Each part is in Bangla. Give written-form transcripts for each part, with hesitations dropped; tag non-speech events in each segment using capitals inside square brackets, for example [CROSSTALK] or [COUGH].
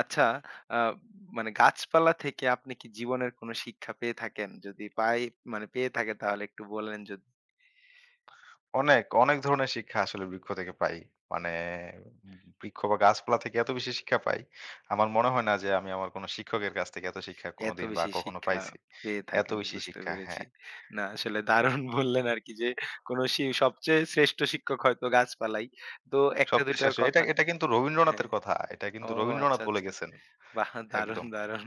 আচ্ছা, আ মানে গাছপালা থেকে আপনি কি জীবনের কোনো শিক্ষা পেয়ে থাকেন? যদি পাই মানে পেয়ে থাকেন তাহলে একটু বলেন যদি অনেক, অনেক ধরনের শিক্ষা আসলে বৃক্ষ থেকে পাই। মানে উম বৃক্ষ বা গাছপালা থেকে এত বেশি শিক্ষা পাই। আমার মনে হয় না যে আমি আমার কোনো শিক্ষকের কাছ থেকে এত শিক্ষা এত কোনোদিন বা বেশি কখনো শিক্ষা পাইছি। পেয়ে এত থাকেন বেশি বুঝতে শিক্ষা, পেরেছি। হ্যাঁ। না আসলে দারুণ [LAUGHS] বললেন আরকি যে কোন শি সবচেয়ে শ্রেষ্ঠ শিক্ষক হয়তো গাছপালাই। তো ১ টা ২ সবচেয়ে টার শেষে এটা, কথা এটা কিন্তু রবীন্দ্রনাথের হ্যাঁ। কথা। এটা ও কিন্তু রবীন্দ্রনাথ আচ্ছা, বলে আচ্ছা। গেছেন। বাহ! দারুণ, একদম। দারুণ।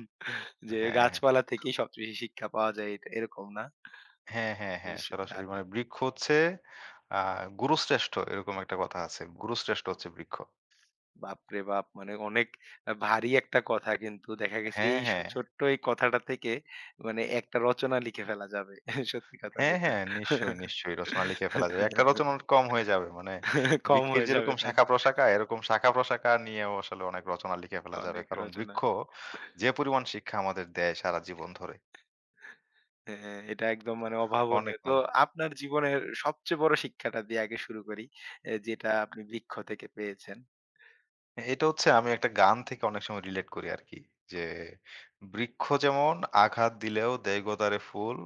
যে হ্যাঁ, হ্যাঁ। গাছপালা থেকেই সবচেয়ে বেশি শিক্ষা পাওয়া যায় এটা এরকম না? হ্যাঁ, হ্যাঁ, হ্যাঁ। বেশ সরাসরি দারুণ। মানে বৃক্ষ হচ্ছে আ গুরুশ্রেষ্ঠ এরকম একটা কথা আছে। গুরুশ্রেষ্ঠ হচ্ছে বৃক্ষ। বাপরে বাপ! মানে অনেক ভারী একটা কথা কিন্তু দেখা গেছে হ্যাঁ, এই হ্যাঁ। ছোট্ট এই কথাটা থেকে মানে একটা রচনা লিখে ফেলা যাবে। [LAUGHS] সত্যি কথা হ্যাঁ, যেটা। হ্যাঁ। নিশ্চয়ই, নিশ্চয়ই রচনা লিখে ফেলা যাবে। একটা রচনা কম হয়ে যাবে। মানে কম বৃক্ষের হয়ে যাবে যেরকম তাই না? শাখা-প্রশাখা, এরকম শাখা-প্রশাখা নিয়েও আসলে অনেক রচনা লিখে ফেলা যাবে। অনেক কারণ রচনা। বৃক্ষ যে পরিমাণ শিক্ষা আমাদের দেয় সারা জীবন ধরে, হ্যাঁ, এটা একদম মানে অনেক অভাবনীয়। তো মানে আপনার জীবনের সবচেয়ে বড় শিক্ষাটা দিয়ে আগে শুরু করি। যেটা আপনি বৃক্ষ থেকে পেয়েছেন। এটা হচ্ছে আমি একটা গান থেকে অনেক সময় রিলেট করি আরকি। যে বৃক্ষ যেমন আঘাত দিলেও দেয় গোতারে ফুল,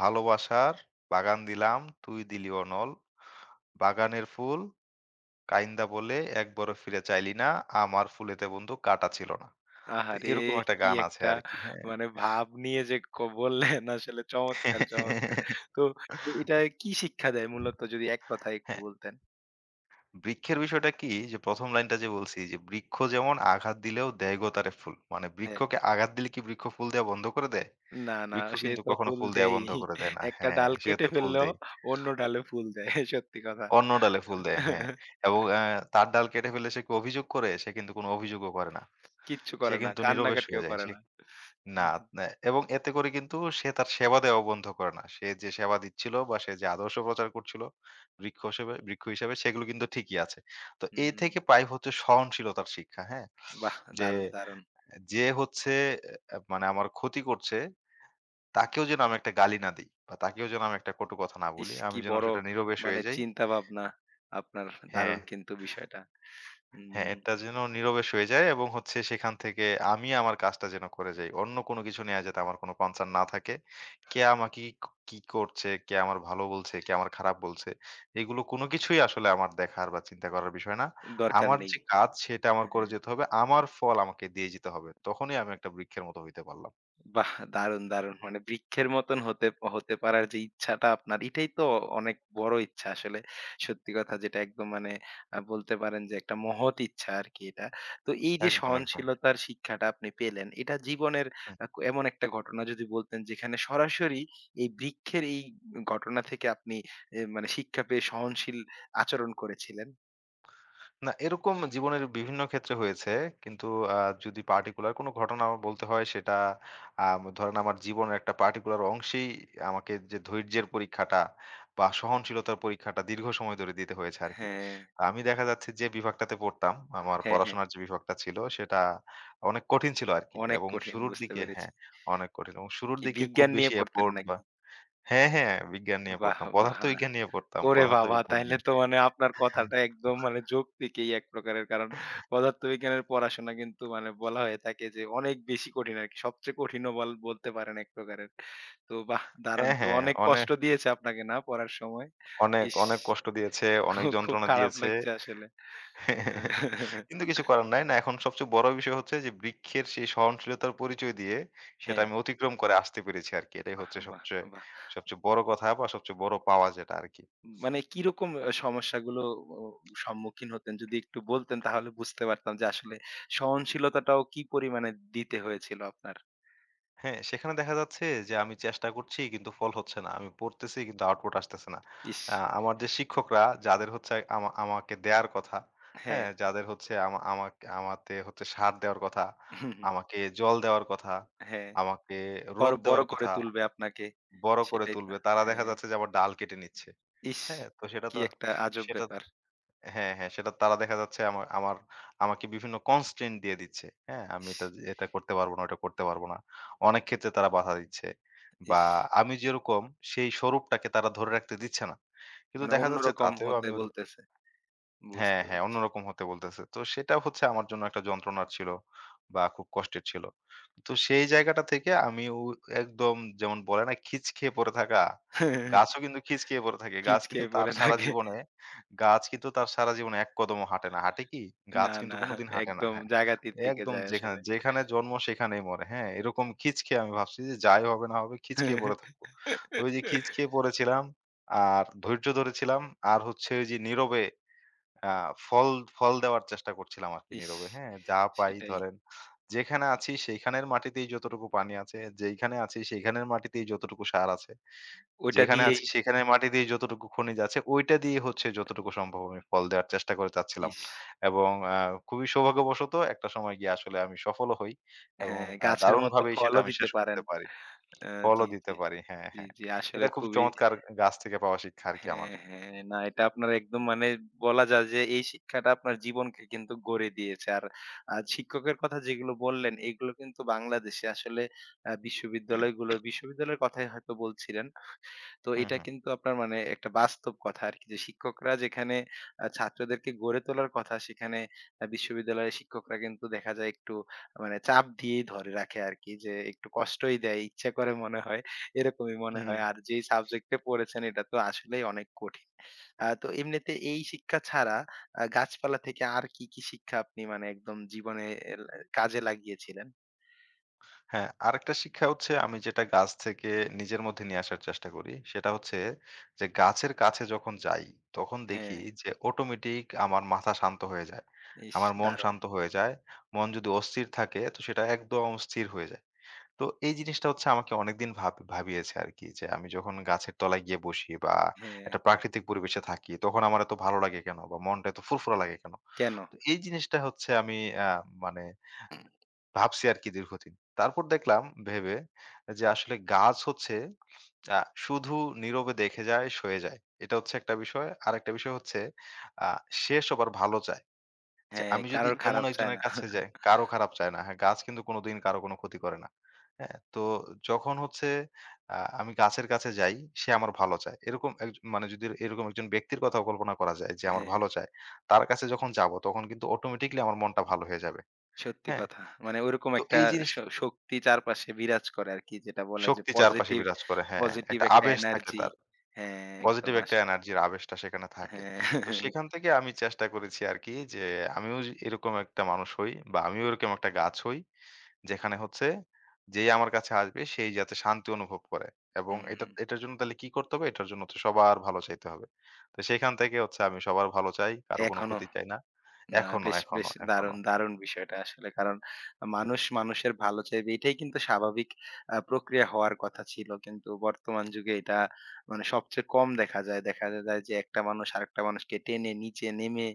ভালোবাসার বাগান দিলাম তুই দিলি অনল। বাগানের ফুল কাইন্দা বলে একবারও ফিরে চাইলি না, আমার ফুলেতে বন্ধু কাঁটা ছিল না। তো আহারে! এরকম একটা কি গান আছে একটা আরকি, হ্যাঁ। মানে ভাব নিয়ে যে বললেন আসলে চমৎকার, চমৎকার। তো এটা কি শিক্ষা দেয় মূলত যদি এক কথায় একটু হ্যাঁ, বলতেন? বৃক্ষের বিষয়টা কি যে ১ম লাইনটা যে বলছি যে, "বৃক্ষ যেমন আঘাত দিলেও দেয় গো তারে ফুল।" মানে হ্যাঁ। বৃক্ষকে আঘাত দিলে কি বৃক্ষ ফুল দেয়া বন্ধ করে দেয়? না, না বৃক্ষ সে কিন্তু তো কখনো ফুল ফুল দেয়া বন্ধ দেয়ই। করে দেয় না। একটা হ্যাঁ, ডাল সে কেটে তো ফুল ফেললেও দেয়। অন্য ডালে ফুল দেয়। সত্যি কথা। অন্য ডালে ফুল দেয়, হ্যাঁ। এবং তার ডাল কেটে ফেললে সে কি অভিযোগ করে? সে কিন্তু কোনো অভিযোগও করে না। কিচ্ছু সে করে না। কিন্তু নীরবে কান্নাকাটিও সয়ে যায়। করে সে না। না, না এবং এতে করে কিন্তু সে তার সেবা দেওয়া বন্ধ করে না। সে যে সেবা দিচ্ছিল বা সে যে আদর্শ প্রচার করছিল বৃক্ষ হিসেবে সেগুলো কিন্তু ঠিকই আছে। তো এ হুম, থেকে পাই হচ্ছে সহনশীলতার শিক্ষা, হ্যাঁ? বাহ! যে দারুণ, দারুণ। যে হচ্ছে এ মানে আমার ক্ষতি করছে তাকেও যেন আমি একটা গালি না দেই বা তাকেও যেন আমি একটা কটু কথা না ইস! বলি। আমি কি যেন বড় সেটা নিরবেশ হয়ে মানে যাই। চিন্তা ভাবনা আপনার হ্যাঁ। দারুণ কিন্তু বিষয়টা। হ্যাঁ, হুম, এটা যেন নীরবে সয়ে যায় এবং হচ্ছে সেখান থেকে আমি আমার কাজটা যেন করে যাই। অন্য কোনো কিছু নিয়ে যাতে আমার কোনো কনসার্ন না থাকে। কে আমাকে কি, কি করছে, কে আমার ভালো বলছে, কে আমার খারাপ বলছে, এগুলো কোনো কিছুই আসলে আমার দেখার বা চিন্তা করার বিষয় না। দরকার আমার নেই। যে কাজ সেটা আমার করে হ্যাঁ। যেতে হবে। আমার ফল আমাকে দিয়ে যেতে হবে। তখনই আমি একটা বৃক্ষের মতো হইতে পারলাম। বাহ! দারুণ, দারুণ। মানে বৃক্ষের মতন হতে হতে পারার যে ইচ্ছাটা আপনার, এটাই তো অনেক বড় ইচ্ছা আসলে। সত্যি কথা যেটা একদম মানে বলতে পারেন যে একটা মহৎ ইচ্ছা আরকি এটা। তো এই যে একদম, একদম। হুম। সহনশীলতার শিক্ষাটা আপনি পেলেন, এটা জীবনের আ এমন একটা ঘটনা যদি বলতেন যেখানে সরাসরি এই বৃক্ষের এই ঘটনা থেকে আপনি মানে শিক্ষা পেয়ে সহনশীল আচরণ করেছিলেন? না, এরকম জীবনের বিভিন্ন ক্ষেত্রে হয়েছে। কিন্তু আ যদি পার্টিকুলার কোনো ঘটনা আমার বলতে হয় সেটা ধরেন আমার জীবনের একটা পার্টিকুলার অংশেই আমাকে যে ধৈর্যের পরীক্ষাটা বা সহনশীলতার পরীক্ষাটা দীর্ঘ সময় ধরে দিতে হয়েছে আরকি। হ্যাঁ, আমি দেখা যাচ্ছে যে বিভাগটাতে পড়তাম, আমার হ্যাঁ, হ্যাঁ। পড়াশোনার যে বিভাগটা ছিল সেটা অনেক কঠিন ছিল আরকি। অনেক এবং কঠিন শুরুর বুঝতে দিকে পেরেছি। হ্যাঁ, অনেক কঠিন এবং শুরুর কি দিকে খুব বিজ্ঞান নিয়ে বেশি পড়তেন এফোর্ট বা নাকি? হ্যাঁ, হ্যাঁ বিজ্ঞান নিয়ে বাহ! পড়তাম। বাহ! পদার্থবিজ্ঞান নিয়ে পড়তাম, ওরে বাবা! পদার্থবিজ্ঞান তাইলে নিয়ে। তো মানে আপনার কথাটা একদম মানে যৌক্তিকই এক প্রকারের। কারণ পদার্থবিজ্ঞানের পড়াশোনা কিন্তু মানে বলা হয়ে থাকে যে অনেক বেশি কঠিন আরকি। সবচেয়ে কঠিনও বলতে পারেন এক প্রকারের। তো বাহ! দারুণ হ্যাঁ, তো হ্যাঁ অনেক অনে কষ্ট দিয়েছে আপনাকে না পড়ার সময়? অনেক, ইস! অনেক কষ্ট দিয়েছে, অনেক খুব, খুব যন্ত্রণা খারাপ দিয়েছে। লাগছে আসলে। [LAUGHS] আহ, কিন্তু কিছু করার নাই। না এখন সবচেয়ে বড় বিষয় হচ্ছে যে বৃক্ষের সেই সহনশীলতার পরিচয় দিয়ে সেটা হ্যাঁ, আমি অতিক্রম করে আসতে পেরেছি আরকি। এটাই বাহ! হচ্ছে বাহ! সবচেয়ে, বাহ! সবচেয়ে বড় কথা বা সবচেয়ে বড় পাওয়া যেটা আরকি। মানে কিরকম সমস্যাগুলো ও সম্মুখীন হতেন যদি একটু বলতেন তাহলে বুঝতে পারতাম যে আসলে সহনশীলতাটাও কি পরিমাণে দিতে হয়েছিল আপনার? হ্যাঁ, সেখানে দেখা যাচ্ছে যে আমি চেষ্টা করছি কিন্তু ফল হচ্ছে না। আমি পড়তেছি কিন্তু আউটপুট আসতেছে না। ইস! আমার যে শিক্ষকরা যাদের হচ্ছে আমাকে দেয়ার কথা, হ্যাঁ। হ্যাঁ? যাদের হচ্ছে আমাকে আমাতে হচ্ছে সার দেওয়ার কথা, আমাকে জল দেওয়ার কথা, হ্যাঁ। আমাকে রোদ বড়, বড় দেওয়ার করে কথা, তুলবে আপনাকে। বড় করে সেটাই তো। তুলবে। তারা দেখা হ্যাঁ। যাচ্ছে যে আমার ডাল কেটে নিচ্ছে। ইস! হ্যাঁ? তো সেটা কি তো একটা আজব সেটা ব্যাপার। হ্যাঁ, হ্যাঁ। সেটা তারা দেখা যাচ্ছে আমার আমাকে বিভিন্ন constraint দিয়ে দিচ্ছে। হ্যাঁ? আমি ইস! এটা যে এটা করতে পারবো না, ওটা করতে পারবো না। অনেক ক্ষেত্রে তারা বাধা দিচ্ছে। বা ইস! আমি যেরকম সেই স্বরূপটাকে তারা ধরে রাখতে দিচ্ছে না। কিন্তু মানে দেখা যাচ্ছে অন্যরকম তাতেও হতে আমি ওরক বলতেছে। হ্যাঁ, বুঝতে হ্যাঁ, পেরেছি। অন্যরকম হতে বলতেছে। তো সেটা হচ্ছে আমার জন্য একটা যন্ত্রণার ছিল বা খুব কষ্টের ছিল। তো সেই জায়গাটা থেকে আমি ও একদম যেমন বলে না খিচ খেয়ে পড়ে থাকা, গাছও [LAUGHS] কিন্তু খিচ খেয়ে পড়ে থাকে। খিচখেয়ে পড়ে থাকে। গাছ কিন্তু তার সারা জীবনে এক কদমও হাঁটে না। হাঁটে কি? গাছ না, কিন্তু না কোনোদিন হাঁটে না। একদম হ্যাঁ। জায়গাতেই থেকে একদম যায় যেখানে আসলে। যেখানে জন্ম সেখানেই মরে। হ্যাঁ, এরকম খিচ খেয়ে আমি ভাবছি যে যাই হবে না হবে খিচ খেয়ে পড়ে থাকবো। তো ওই যে [LAUGHS] খিচ খেয়ে পড়েছিলাম আর ধৈর্য ধরেছিলাম আর হচ্ছে ওই যে নীরবে আ ফল ফল দেওয়ার চেষ্টা করছিলাম আরকি ইস! নীরবে, হ্যাঁ? যা পাই সেটাই। ধরেন যেখানে আছি সেইখানের মাটিতেই যতটুকু পানি আছে, যেইখানে আছি সেইখানের মাটিতেই যতটুকু সার আছে, ওইটা যেখানে দিয়েই আছি সেখানের মাটিতেই যতটুকু খনিজ আছে ওইটা দিয়ে হচ্ছে যতটুকু সম্ভব আমি ফল দেওয়ার চেষ্টা করে যাচ্ছিলাম। ইস! এবং খুবই সৌভাগ্যবশত একটা সময় গিয়ে আসলে আমি সফলও হই এবং হ্যাঁ, গাছের মতো দারুণভাবেই সেটা ফলও আমি দিতে শেষ পারেন। করতে পারি। আ ফলও জি, দিতে জি। পারি। হ্যাঁ, জি, হ্যাঁ। জি। আসলে এটা খুব খুবই চমৎকার গাছ থেকে পাওয়া শিক্ষা আরকি আমার। হ্যাঁ, হ্যাঁ। না এটা আপনার একদম মানে বলা যায় যে এই শিক্ষাটা আপনার জীবনকে কিন্তু গড়ে দিয়েছে। আর শিক্ষকের কথা যেগুলো বললেন এগুলো কিন্তু বাংলাদেশে আসলে [CLEARS THROAT] বিশ্ববিদ্যালয়ের কথাই হয়তো বলছিলেন। তো হুম, এটা হুম। কিন্তু আপনার মানে একটা বাস্তব কথা আরকি যে শিক্ষকরা যেখানে ছাত্রদেরকে গড়ে তোলার কথা সেখানে বিশ্ববিদ্যালয়ের শিক্ষকরা কিন্তু দেখা যায় একটু মানে চাপ দিয়েই ধরে রাখে আরকি যে একটু কষ্টই দেয়, ইচ্ছা করে মনে হয় এরকমই মনে হুম। হয়। আর যেই সাবজেক্টে পড়েছেন এটা তো আসলেই অনেক কঠিন। তো এমনিতে এই শিক্ষা ছাড়া গাছপালা থেকে আর কি, কি শিক্ষা আপনি মানে একদম জীবনে এ কাজে লাগিয়েছিলেন? হ্যাঁ, আরেকটা শিক্ষা হচ্ছে আমি যেটা গাছ থেকে নিজের মধ্যে নিয়ে আসার চেষ্টা করি, সেটা হচ্ছে যে গাছের কাছে যখন যাই, তখন হ্যাঁ, দেখি যে অটোমেটিক আমার মাথা শান্ত হয়ে যায়। ইস আমার মন দারুণ! শান্ত হয়ে যায়। মন যদি অস্থির থাকে তো সেটা একদম স্থির হয়ে যায়। তো এই জিনিসটা হচ্ছে আমাকে অনেকদিন ভাবিয়েছে আরকি যে আমি যখন গাছের তলায় গিয়ে বসি বা হ্যাঁ, একটা প্রাকৃতিক পরিবেশে থাকি তখন আমার এত ভালো লাগে কেন? বা মনটা এত ফুরফুরা লাগে কেন? কেন? তো এই জিনিসটা হচ্ছে আমি আ মানে ভাবছি আরকি দীর্ঘদিন। তারপর দেখলাম ভেবে যে আসলে গাছ হচ্ছে আ শুধু নীরবে দেখে যায়, সয়ে যায়। এটা হচ্ছে একটা বিষয়। আরেকটা বিষয় হচ্ছে আ সে সবার ভালো চায়। যে হ্যাঁ, আমি যদি কারোর এমন খারাপ চায় একজনের না। কাছে যাই, [LAUGHS] কারো খারাপ চায় না। হ্যাঁ, গাছ কিন্তু কোনোদিন কারো কোনো ক্ষতি করে না। হ্যাঁ? তো যখন হচ্ছে আমি গাছের কাছে যাই, সে আমার ভালো চায়। এরকম একজ মানে যদি এরকম একজন ব্যক্তির কথাও কল্পনা করা যায় যে আমার হ্যাঁ। ভালো চায়, তার কাছে যখন যাবো তখন কিন্তু অটোমেটিক্যালি আমার মনটা ভালো হয়ে যাবে। সত্যি হ্যাঁ? কথা। মানে ওরকম তো একটা এই জিনিস শক্তি চারপাশে বিরাজ করে আরকি। যেটা বলে যে শক্তি চারপাশে পজিটিভ, বিরাজ করে। হ্যাঁ, পজিটিভ একটা একটা আবেশ থাকে এনার্জি। তার। হ্যাঁ, একদম পজিটিভ একটা আসে। এনার্জির আবেশটা সেখানে থাকে। হ্যাঁ, তো [LAUGHS] সেখান থেকে আমি চেষ্টা করেছি আরকি যে আমিও যে এরকম একটা মানুষ হই বা আমিও এরকম একটা গাছ হই যেখানে হচ্ছে যেই আমার কাছে আসবে সেই যাতে শান্তি অনুভব করে। এবং হুম, এটার জন্য তাহলে কি করতে হবে? এটার জন্য তো সবার ভালো চাইতে হবে। তো সেখান থেকে হচ্ছে আমি সবার ভালো চাই, কারো কোনো এখনো। ক্ষতি চাই না। না এখনো, বেশ, এখনো, বেশ এখনো। দারুণ, দারুণ বিষয়টা আসলে। কারণ মানুষ মানুষের ভালো চাইবে এটাই কিন্তু স্বাভাবিক প্রক্রিয়া হওয়ার কথা ছিল। কিন্তু বর্তমান যুগে এটা মানে সবচেয়ে কম দেখা যায়। দেখা যায় যে একটা মানুষ আরেকটা মানুষকে টেনে নিচে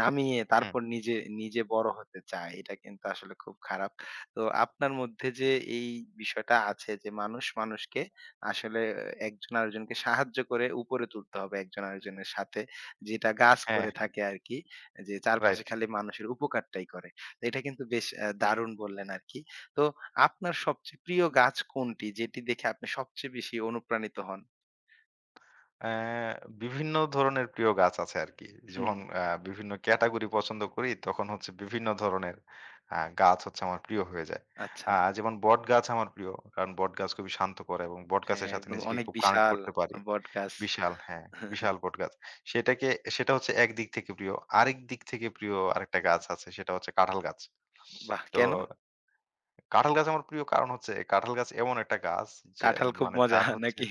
নামিয়ে হুম। তারপর নিজে, নিজে বড় হতে চায়। এটা কিন্তু আসলে খুব খারাপ। তো আপনার মধ্যে যে এই বিষয়টা আছে যে মানুষ মানুষকে আসলে একজন আরেকজনকে সাহায্য করে উপরে তুলতে হবে একজন আরেকজনের সাথে। যেটা গাছ হ্যাঁ, করে হ্যাঁ। থাকে আরকি। যে চারপাশে রাইট। খালি মানুষের উপকারটাই করে। তো এটা কিন্তু বেশ দারুণ বললেন আরকি। তো আপনার সবচেয়ে প্রিয় গাছ কোনটি? যেটি দেখে আপনি সবচেয়ে বেশি অনুপ্রাণিত হন? অ্যা বিভিন্ন ধরনের প্রিয় গাছ আছে আরকি। হুম, যখন বিভিন্ন ক্যাটেগরি পছন্দ করি তখন হচ্ছে বিভিন্ন ধরনের আ গাছ হচ্ছে আমার প্রিয় হয়ে যায়। আ আচ্ছা। যেমন বটগাছ আমার প্রিয়। কারণ বটগাছ খুবই শান্ত করে এবং হ্যাঁ, বটগাছের সাথে একদম নিজেকে অনেক খুব কানেক্ট বিশাল করতে পারি। বটগাছ। বিশাল হ্যাঁ, বিশাল [LAUGHS] বটগাছ। সেটাকে সেটা হচ্ছে একদিক থেকে প্রিয়। আরেক দিক থেকে প্রিয় আরেকটা গাছ আছে সেটা হচ্ছে কাঁঠাল গাছ। বাহ! তো কেন? কাঁঠাল গাছ আমার প্রিয় কারণ হচ্ছে কাঁঠাল গাছ এমন একটা গাছ যে কাঁঠাল খুব মানে মজা যার হচ্ছে নাকি?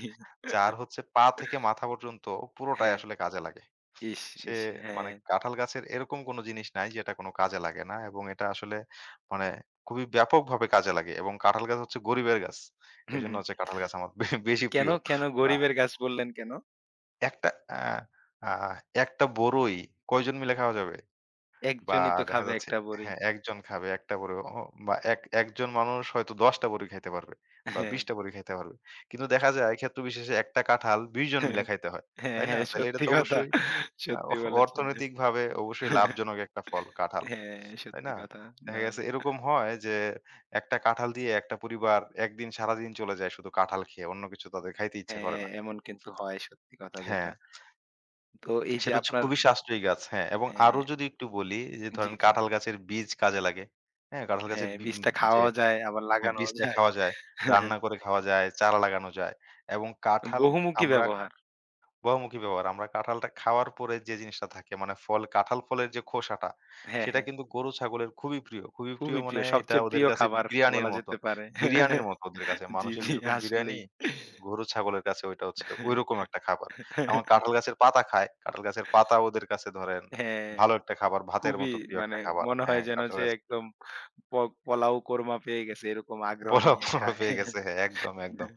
যার হচ্ছে পা থেকে মাথা পর্যন্ত পুরোটাই হ্যাঁ। আসলে কাজে লাগে। ইস, সে ইস! মানে হ্যাঁ। কাঁঠাল গাছের এরকম কোনো জিনিস নাই যেটা কোনো কাজে লাগে না এবং এটা আসলে মানে খুবই ব্যাপকভাবে কাজে লাগে এবং কাঁঠাল গাছ হচ্ছে গরিবের গাছ। হুম, এজন্য হচ্ছে কাঁঠাল গাছ আমার বেশি কেন, প্রিয়। কেন বা গরিবের গাছ বললেন কেন? একটা আ আ একটা বড়ই কয়জন মিলে খাওয়া যাবে? বা একজনই তো দেখা খাবে যাচ্ছে একটা বড়ি। হ্যাঁ, ১ জন খাবে ১ টা বড়ি বা এক একজন মানুষ হয়তো ১০ টা বড়ি খাইতে পারবে বা হ্যাঁ। ২০ টা বড়ি খাইতে পারবে। কিন্তু দেখা যায় ক্ষেত্র বিশেষে একটা কাঁঠাল ২০ জন মিলে খাইতে হয়। হ্যাঁ, তাই না? হ্যাঁ, তাইলে এটা সত্যি তো কথা। অবশ্যই আ সত্যি অহ বলেছেন। অর্থনৈতিকভাবে অবশ্যই লাভজনক একটা ফল কাঁঠাল। হ্যাঁ, তাই সত্যি না? কথা। দেখা না, গেছে না। এরকম হয় যে একটা কাঁঠাল দিয়ে একটা পরিবার একদিন সারাদিন চলে যায় শুধু কাঁঠাল খেয়ে। অন্য কিছু তাদের খাইতে ইচ্ছা করে হ্যাঁ, না। এমন কিন্তু হয় সত্যি কথা হ্যাঁ। যেটা। তো এই যে সেটা হচ্ছে আপনার খুবই সাশ্রয়ী গাছ। হ্যাঁ, এবং হ্যাঁ, আরো যদি একটু বলি যে জি, ধরেন জি। কাঁঠাল গাছের বীজ কাজে লাগে। হ্যাঁ, কাঁঠাল গাছের হ্যাঁ, বি উম বীজটা যে খাওয়াও যায় আবার হ্যাঁ, লাগানোও বীজটা যায়। খাওয়া যায়, রান্না [LAUGHS] করে খাওয়া যায়, চারা লাগানো যায়। এবং কাঁঠাল বহুমুখী আমরা ব্যবহার। উভয়মুখী ব্যবহার। আমরা কাঁঠালটা খাওয়ার পরে যে জিনিসটা থাকে মানে ফল কাঁঠাল ফলের যে খোসাটা হ্যাঁ, সেটা হ্যাঁ। কিন্তু গরু ছাগলের খুবই প্রিয়। খুবই প্রিয় খুবই মানে প্রিয়। এটা সবচেয়ে ওদের প্রিয় কাছে খাবার বিরিয়ানির বলা মতো। যেতে পারে। বিরিয়ানির [LAUGHS] মতো ওদের কাছে। জি, মানুষের জি, যেরকম বিরিয়ানি আসলেই। গরু ছাগলের কাছে ওইটা হচ্ছে ঐরকম একটা খাবার। এমন [LAUGHS] কাঁঠাল গাছের পাতা খায়। কাঁঠাল গাছের পাতা ওদের কাছে ধরেন হ্যাঁ, ভালো একটা খাবার, ভাতের খুবই মতো প্রিয় মানে একটা খাবার। মনে হয় হ্যাঁ, যেন কাঁঠাল যে গাছ একদম প পোলাও কোরমা পেয়ে গেছে এরকম আগ্রহ পোলাও, নিয়ে পোলাও খায়। পেয়ে গেছে। হ্যাঁ, একদম, একদম,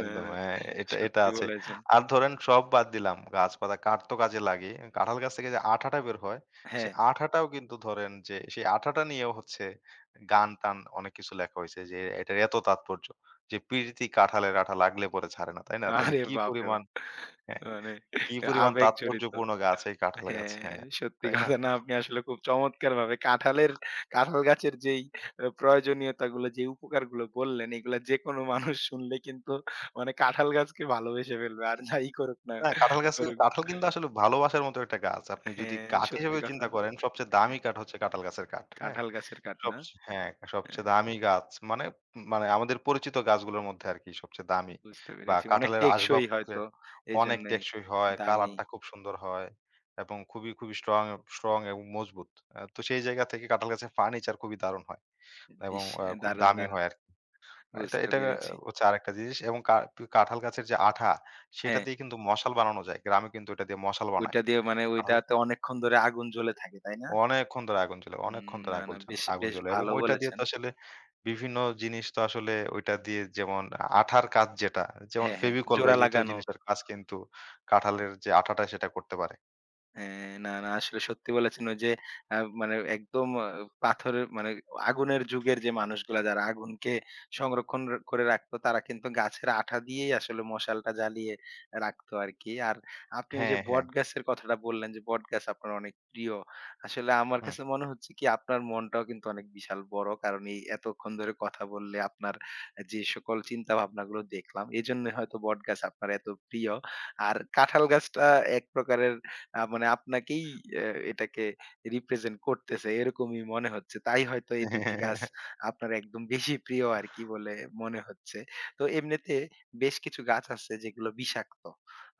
না, একদম। না। হ্যাঁ, এটা এটা সত্যি আছে। বলেছেন। আর ধরেন সব বাদ দিলাম। গাছপালা কাঠ তো কাজে লাগে। কাঁঠাল গাছ থেকে যে আঠাটা বের হয়, সেই হ্যাঁ। আঠাটাও কিন্তু ধরেন যে সেই আঠাটা নিয়েও হচ্ছে গান-টান অনেক কিছু লেখা হইছে যে এটার এত তাৎপর্য। যে "প্রীতি কাঁঠালের আঠা লাগলে পরে ছাড়ে না।" তাই না? তাইলে আরে কি বাপরে পরিমাণ বাপ! হ্যাঁ। মানে কি পরিমাণ আবেগ জড়িত। তাৎপর্যপূর্ণ গাছ এই কাঁঠাল গাছ। হ্যাঁ, হ্যাঁ, সত্যি তাই না? কথা না আপনি আসলে খুব চমৎকারভাবে কাঁঠাল গাছের যেই প্রয়োজনীয়তাগুলো, যে উপকারগুলো বললেন, এগুলা যেকোনো মানুষ শুনলে কিন্তু মানে কাঁঠাল গাছকে ভালোবেসে ফেলবে। আর যাই করুক না করুক। কাঁঠাল কিন্তু আসলে ভালোবাসার মতো একটা গাছ। আপনি যদি হ্যাঁ, কাঠ সত্যি হিসেবে কথা। চিন্তা করেন সবচেয়ে দামি হ্যাঁ, কাঠ হচ্ছে কাঁঠাল গাছের কাঠ। হ্যাঁ? কাঁঠাল গাছের কাঠ না? সবচেয়ে হ্যাঁ, সবচেয়ে হ্যাঁ, দামি গাছ মানে মানে আমাদের পরিচিত গাছগুলোর মধ্যে আরকি সবচেয়ে দামি। বুঝতে বা পেরেছি। অনেক কাঁঠালের টেকসই আসবাবপত্রে হয়তো অনেক এজন্যই টেকসই হয়, দামি। কালারটা খুব সুন্দর হয় এবং খুবই, খুবই স্ট্রং, স্ট্রং এবং মজবুত। তো সেই জায়গা থেকে কাঁঠাল গাছের ফার্নিচার খুবই দারুণ হয় এবং ইস! খুব দারুণ, দামি দারুণ। হয় আরকি। এটা বুঝতে এটা পেরেছি। হচ্ছে আরেকটা জিনিস এবং কাঁঠাল গাছের যে আঠা, সেটা হ্যাঁ, দিয়ে কিন্তু মশাল বানানো যায়। গ্রামে কিন্তু এটা দিয়ে মশাল বানায়। ওইটা দিয়ে মানে কাঁঠাল ওইটাতে অনেকক্ষণ ধরে আগুন জ্বলে থাকে, তাই না? অনেকক্ষণ ধরে আগুন জ্বলে, হুম, না, না বেশ, আগুন বেশ জ্বলে এবং ভালো ওইটা দিয়ে বলেছেন। তো আসলে বিভিন্ন জিনিস তো আসলে ওইটা দিয়ে যেমন আঠার কাজ যেটা, যেমন হ্যাঁ, হ্যাঁ, ফেভিকল বা জোড়া এই জাতীয় লাগানো। জিনিসের কাজ কিন্তু কাঁঠালের যে আঠাটা সেটা করতে পারে। হ্যাঁ, না, না আসলে সত্যি বলেছেন ওই যে মানে একদম পাথরের মানে আগুনের যুগের যে মানুষগুলা যারা আগুনকে সংরক্ষণ করে রাখতো তারা কিন্তু গাছের আঠা দিয়েই আসলে মশালটা জ্বালিয়ে রাখতো আরকি। আর আপনি ওই যে হ্যাঁ, হ্যাঁ। বটগাছের কথাটা বললেন যে বটগাছ আপনার অনেক প্রিয়। আসলে আমার হুম। কাছে মনে হচ্ছে কি আপনার মনটাও কিন্তু অনেক বিশাল বড়। কারণ এই এতক্ষণ ধরে কথা বললে আপনার যে সকল চিন্তা ভাবনাগুলো দেখলাম এজন্যই হয়তো বটগাছ আপনার এত প্রিয়। আর কাঁঠাল গাছটা এক প্রকারের মানে আপনাকেই অ্যা এটাকে রিপ্রেজেন্ট করতেছে এরকমই মনে হচ্ছে। তাই হয়তো এই ২ টি গাছ [LAUGHS] আপনার একদম বেশি প্রিয় আরকি বলে মনে হচ্ছে। তো এমনিতে বেশ কিছু গাছ আছে যেগুলো বিষাক্ত।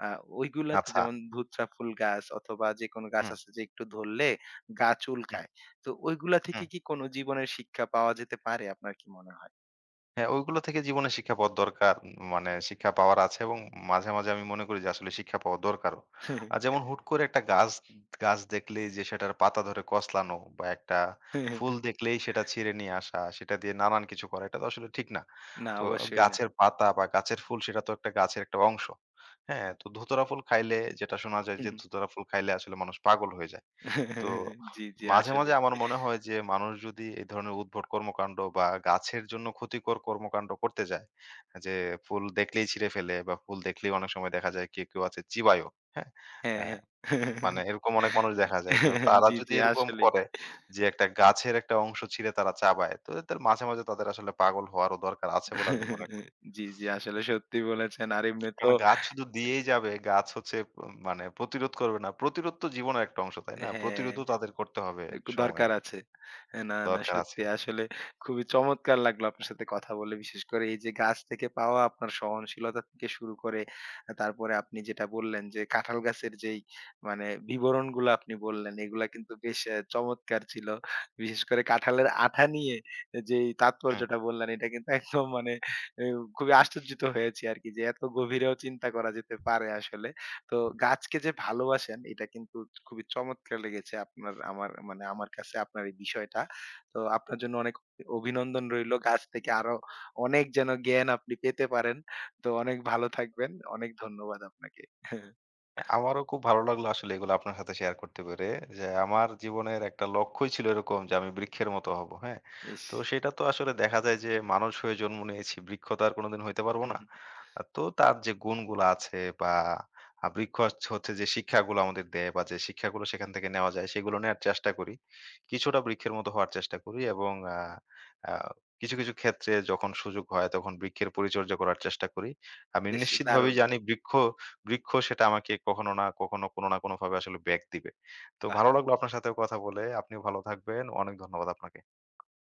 আ ওইগুলাতে আচ্ছা। যেমন ধুতরা ফুল গাছ অথবা যেকোনো গাছ হুম, আছে যে একটু ধরলে গা হুম, চুলকায়। তো ওইগুলা থেকে হুম। কি কোনো জীবনের শিক্ষা পাওয়া যেতে পারে আপনার কি মনে হয়? হ্যাঁ, ওইগুলো থেকে জীবনে শিক্ষা পাওয়ার দরকার। মানে শিক্ষা পাওয়ার আছে এবং মাঝে, মাঝে আমি মনে করি যে আসলে শিক্ষা পাওয়া দরকারও। যেমন হুট করে একটা গাছ গাছ দেখলেই যে সেটার পাতা ধরে কচলানো বা একটা ফুল [LAUGHS] দেখলেই সেটা ছিঁড়ে নিয়ে আসা, সেটা দিয়ে নানান কিছু করা, এটা তো আসলে ঠিক না। না, তো অবশ্যই না। গাছের পাতা বা গাছের ফুল সেটা তো একটা গাছের একটা অংশ। হ্যাঁ? তো ধুতরা ফুল খাইলে যেটা শোনা যায় যে [LAUGHS] ধুতরা ফুল খাইলে আসলে মানুষ পাগল হয়ে যায়। তো জি, জি মাঝে, মাঝে আসলেই। আমার মনে হয় যে মানুষ যদি এই ধরনের উদ্ভট কর্মকাণ্ড বা গাছের জন্য ক্ষতিকর কর্মকাণ্ড করতে যায়, যে ফুল দেখলেই ছিঁড়ে ফেলে বা ফুল দেখলেই অনেক সময় দেখা যায় কেউ, কেউ আছে চিবায়ও, হ্যাঁ? হ্যাঁ, অ্যা হ্যাঁ। মানে এরকম অনেক মানুষ দেখা যায় যে তারা জি, যদি জি এরকম আসলেই। করে যে একটা গাছের একটা অংশ ছিঁড়ে তারা চাবায়, তো এদের মাঝে, মাঝে তাদের আসলে পাগল হওয়ারও দরকার আছে বলে আমি মনে করি। জি, জি আসলে সত্যি বলেছেন। আর এমনি তো কেন গাছ শুধু দিয়েই যাবে, গাছ হচ্ছে প মানে প্রতিরোধ করবে না। প্রতিরোধ তো জীবনের একটা অংশ, তাই না? হ্যাঁ। প্রতিরোধও তাদের করতে হবে এ সময়ে। দরকার আছে। না, না দরকার আছে। সত্যি আসলে খুবই চমৎকার লাগলো আপনার সাথে কথা বলে। বিশেষ করে এই যে গাছ থেকে পাওয়া আপনার সহনশীলতা থেকে শুরু করে তারপরে আপনি যেটা বললেন যে কাঁঠাল গাছের যেই মানে বিবরণগুলো আপনি বললেন এগুলা কিন্তু বেশ চমৎকার ছিল। বিশেষ করে কাঁঠালের আঠা নিয়ে যেই হুম। তাৎপর্যটা বললেন এটা কিন্তু একদম মানে এ খুবই আশ্চর্যিত হয়েছি আরকি যে এত গভীরেও চিন্তা করা যেতে পারে আসলে। তো গাছকে যে ভালোবাসেন এটা কিন্তু খুবই চমৎকার লেগেছে আমার মানে আমার কাছে আপনার এই বিষয়টা। তো আপনার জন্য অনেক অভিনন্দন রইলো। গাছ থেকে আরো অনেক যেন জ্ঞান আপনি পেতে পারেন। তো অনেক ভালো থাকবেন। অনেক ধন্যবাদ আপনাকে। [LAUGHS] আমারও খুব ভালো লাগলো আসলে এগুলো আপনার সাথে শেয়ার করতে পেরে যে আমার জীবনের একটা লক্ষ্যই ছিল এরকম যে আমি বৃক্ষের মতো হব, হ্যাঁ? ইস! তো সেটা তো আসলে দেখা যায় যে মানুষ হয়ে জন্ম নিয়েছি, বৃক্ষ তো আর কোনোদিন হইতে পারবো হু, না। হু। তো তার যে গুণগুলো আছে বা বৃক্ষ হচ্ছে যে শিক্ষাগুলো আমাদের দেয় বা যে শিক্ষাগুলো সেখান থেকে নেওয়া যায় সেগুলো নেয়ার চেষ্টা করি। কিছুটা বৃক্ষের মতো হওয়ার চেষ্টা করি এবং আ আ কিছু, কিছু ক্ষেত্রে যখন সুযোগ হয় তখন বৃক্ষের পরিচর্যা করার চেষ্টা করি। আমি বেশ নিশ্চিতভাবেই দারুণ! জানি বৃক্ষ বৃক্ষ সেটা আমাকে কখনো না কখনো কোনো না কোনোভাবে আসলে ব্যাক দিবে। তো বাহ! ভালো লাগলো আপনার সাথেও কথা বলে। আপনিও ভালো থাকবেন। অনেক ধন্যবাদ আপনাকে।